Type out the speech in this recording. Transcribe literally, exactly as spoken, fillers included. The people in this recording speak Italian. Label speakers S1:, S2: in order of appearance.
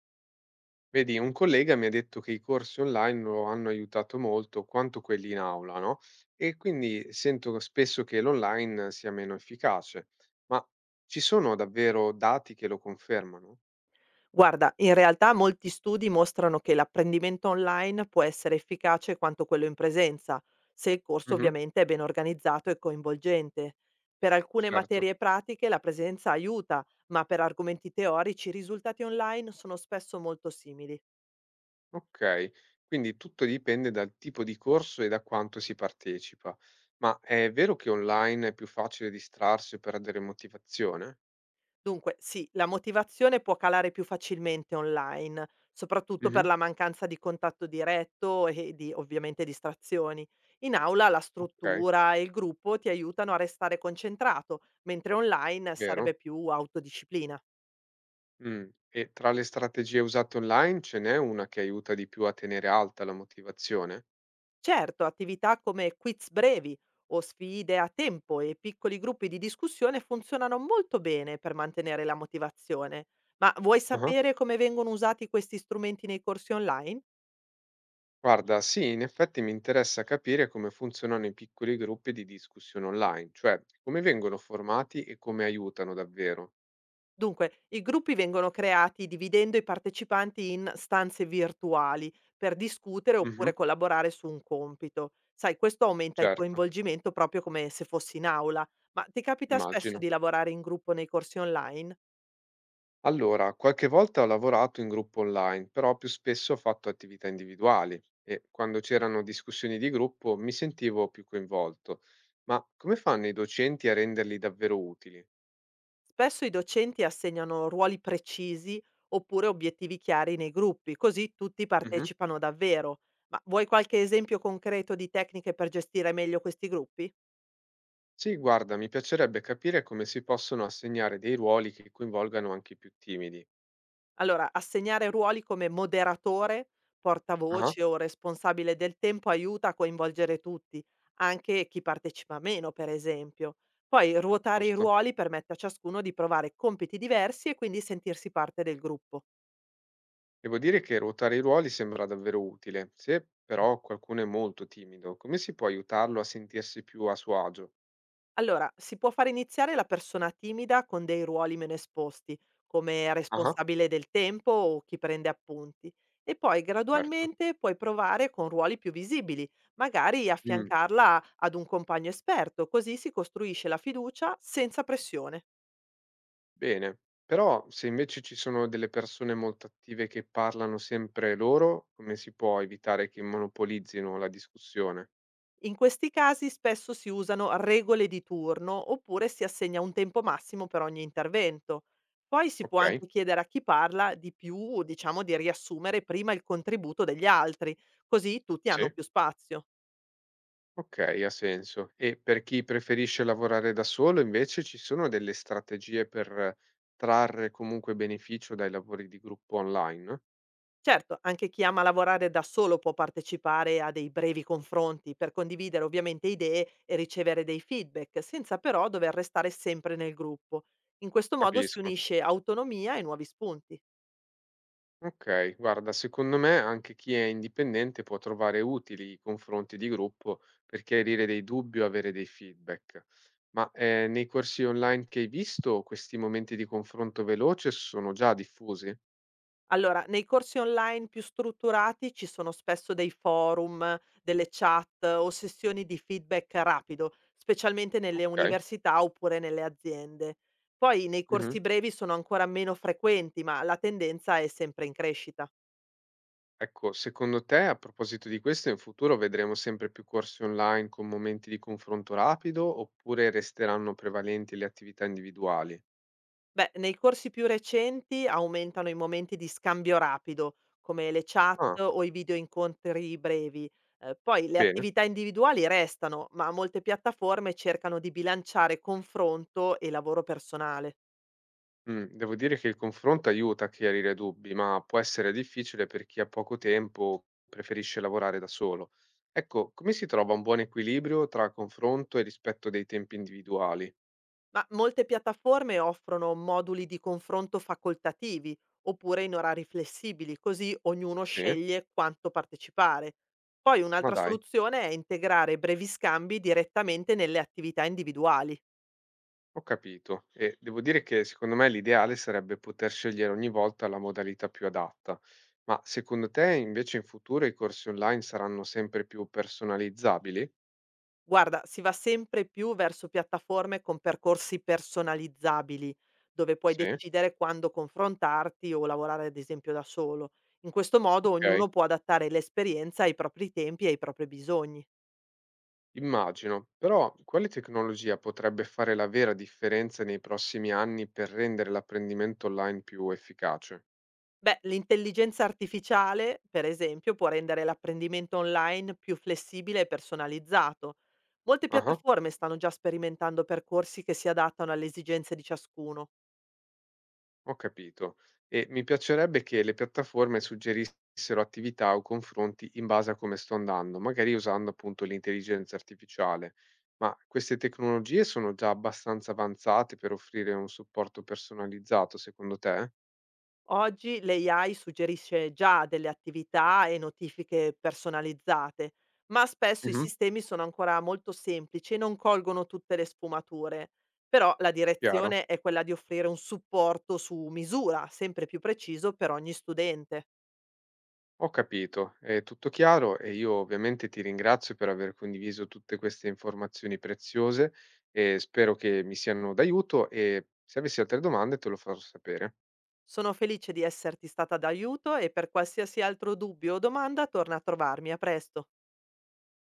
S1: Vedi, un collega mi ha detto che i corsi online lo hanno aiutato molto quanto quelli in aula, no? E quindi sento spesso che l'online sia meno efficace, ma ci sono davvero dati che lo confermano?
S2: Guarda, in realtà molti studi mostrano che l'apprendimento online può essere efficace quanto quello in presenza, se il corso
S1: Mhm,
S2: ovviamente è ben organizzato e coinvolgente. Per alcune
S1: certo,
S2: materie pratiche la presenza aiuta, ma per argomenti teorici i risultati online sono spesso molto simili.
S1: ok. Quindi tutto dipende dal tipo di corso e da quanto si partecipa. Ma è vero che online è più facile distrarsi o perdere motivazione?
S2: Dunque, sì, la motivazione può calare più facilmente online, soprattutto per
S1: Mhm,
S2: la mancanza di contatto diretto e di ovviamente distrazioni. In aula la
S1: ok,
S2: struttura e il gruppo ti aiutano a restare concentrato, mentre online serve
S1: vero.
S2: più autodisciplina.
S1: Mh. E tra le strategie usate online ce n'è una che aiuta di più a tenere alta la motivazione?
S2: Certo, attività come quiz brevi o sfide a tempo e piccoli gruppi di discussione funzionano molto bene per mantenere la motivazione. Ma vuoi
S1: Ah-ah.
S2: sapere come vengono usati questi strumenti nei corsi online?
S1: Guarda, sì, in effetti mi interessa capire come funzionano i piccoli gruppi di discussione online, cioè come vengono formati e come aiutano davvero.
S2: Dunque, i gruppi vengono creati dividendo i partecipanti in stanze virtuali per discutere
S1: Mh-mh.
S2: oppure collaborare su un compito. Sai, questo aumenta il
S1: Certo,
S2: coinvolgimento proprio come se fossi in aula. Ma ti capita spesso
S1: immagino.
S2: di lavorare in gruppo nei corsi online?
S1: Allora, qualche volta ho lavorato in gruppo online, però più spesso ho fatto attività individuali e quando c'erano discussioni di gruppo mi sentivo più coinvolto. Ma come fanno i docenti a renderli davvero utili?
S2: Spesso i docenti assegnano ruoli precisi oppure obiettivi chiari nei gruppi, così tutti
S1: Mh-mh.
S2: partecipano davvero. Ma vuoi qualche esempio concreto di tecniche per gestire meglio questi gruppi?
S1: Sì, guarda, mi piacerebbe capire come si possono assegnare dei ruoli che coinvolgano anche i più timidi.
S2: Allora, assegnare ruoli come moderatore,
S1: Ah-ah.
S2: portavoce o responsabile del tempo aiuta a coinvolgere tutti, anche chi partecipa meno, per esempio. Poi ruotare i
S1: Giusto.
S2: ruoli permette a ciascuno di provare compiti diversi e quindi sentirsi parte del gruppo.
S1: Devo dire che ruotare i ruoli sembra davvero utile. Se però qualcuno è molto timido, come si può aiutarlo a sentirsi più a suo agio?
S2: Allora, si può far iniziare la persona timida con dei ruoli meno esposti, come
S1: Ah-ah.
S2: responsabile del tempo o chi prende appunti, e poi
S1: Certo.
S2: gradualmente puoi provare con ruoli più visibili, magari
S1: Mh,
S2: affiancarla ad un compagno esperto, così si costruisce la fiducia senza pressione.
S1: bene. Però se invece ci sono delle persone molto attive che parlano sempre loro, come si può evitare che monopolizzino la discussione?
S2: In questi casi spesso si usano regole di turno oppure si assegna un tempo massimo per ogni intervento. Poi si può
S1: Okay,
S2: anche chiedere a chi parla di più, o, diciamo di riassumere prima il contributo degli altri, così tutti hanno
S1: sì.
S2: più spazio.
S1: Okay, ha senso. E per chi preferisce lavorare da solo invece ci sono delle strategie per eh, trarre comunque beneficio dai lavori di gruppo online?
S2: Certo, anche chi ama lavorare da solo può partecipare a dei brevi confronti per condividere ovviamente idee e ricevere dei feedback, senza però dover restare sempre nel gruppo. In questo modo si
S1: Capisco.
S2: unisce autonomia e nuovi spunti.
S1: Okay, guarda, secondo me anche chi è indipendente può trovare utili i confronti di gruppo per chiarire dei dubbi o avere dei feedback. Ma eh, nei corsi online che hai visto, questi momenti di confronto veloce sono già diffusi?
S2: Allora, nei corsi online più strutturati ci sono spesso dei forum, delle chat o sessioni di feedback rapido, specialmente nelle
S1: Okay.
S2: università oppure nelle aziende. Poi nei corsi brevi sono ancora meno frequenti, ma la tendenza è sempre in crescita.
S1: Ecco, secondo te, a proposito di questo, in futuro vedremo sempre più corsi online con momenti di confronto rapido oppure resteranno prevalenti le attività individuali?
S2: Beh, nei corsi più recenti aumentano i momenti di scambio rapido, come le
S1: Ah,
S2: chat o i video incontri brevi. Eh, poi le
S1: bene.
S2: attività individuali restano, ma molte piattaforme cercano di bilanciare confronto e lavoro personale.
S1: Mm, devo dire che il confronto aiuta a chiarire dubbi, ma può essere difficile per chi ha poco tempo o preferisce lavorare da solo. Ecco, come si trova un buon equilibrio tra confronto e rispetto dei tempi individuali?
S2: Ma molte piattaforme offrono moduli di confronto facoltativi oppure in orari flessibili, così ognuno
S1: Sì,
S2: sceglie quanto partecipare. Poi
S1: ma
S2: un'altra
S1: dai.
S2: soluzione è integrare brevi scambi direttamente nelle attività individuali.
S1: Ho capito e devo dire che secondo me l'ideale sarebbe poter scegliere ogni volta la modalità più adatta, ma secondo te invece in futuro i corsi online saranno sempre più personalizzabili?
S2: Guarda, si va sempre più verso piattaforme con percorsi personalizzabili, dove puoi
S1: Sì,
S2: decidere quando confrontarti o lavorare ad esempio da solo. In questo modo
S1: ok,
S2: ognuno può adattare l'esperienza ai propri tempi e ai propri bisogni.
S1: immagino, però quale tecnologia potrebbe fare la vera differenza nei prossimi anni per rendere l'apprendimento online più efficace?
S2: Beh, l'intelligenza artificiale, per esempio, può rendere l'apprendimento online più flessibile e personalizzato. Molte
S1: Ah.
S2: piattaforme stanno già sperimentando percorsi che si adattano alle esigenze di ciascuno.
S1: Ho capito. E mi piacerebbe che le piattaforme suggerissero attività o confronti in base a come sto andando, magari usando appunto l'intelligenza artificiale. Ma queste tecnologie sono già abbastanza avanzate per offrire un supporto personalizzato, secondo te?
S2: Oggi l'A I suggerisce già delle attività e notifiche personalizzate, ma spesso i
S1: Mhm.
S2: sistemi sono ancora molto semplici e non colgono tutte le sfumature. Però la
S1: Chiaro.
S2: direzione è quella di offrire un supporto su misura, sempre più preciso per ogni studente.
S1: Ho capito, è tutto chiaro e io ovviamente ti ringrazio per aver condiviso tutte queste informazioni preziose e spero che mi siano d'aiuto e se avessi altre domande te lo farò sapere.
S2: Sono felice di esserti stata d'aiuto e per qualsiasi altro dubbio o domanda torna a trovarmi. A presto.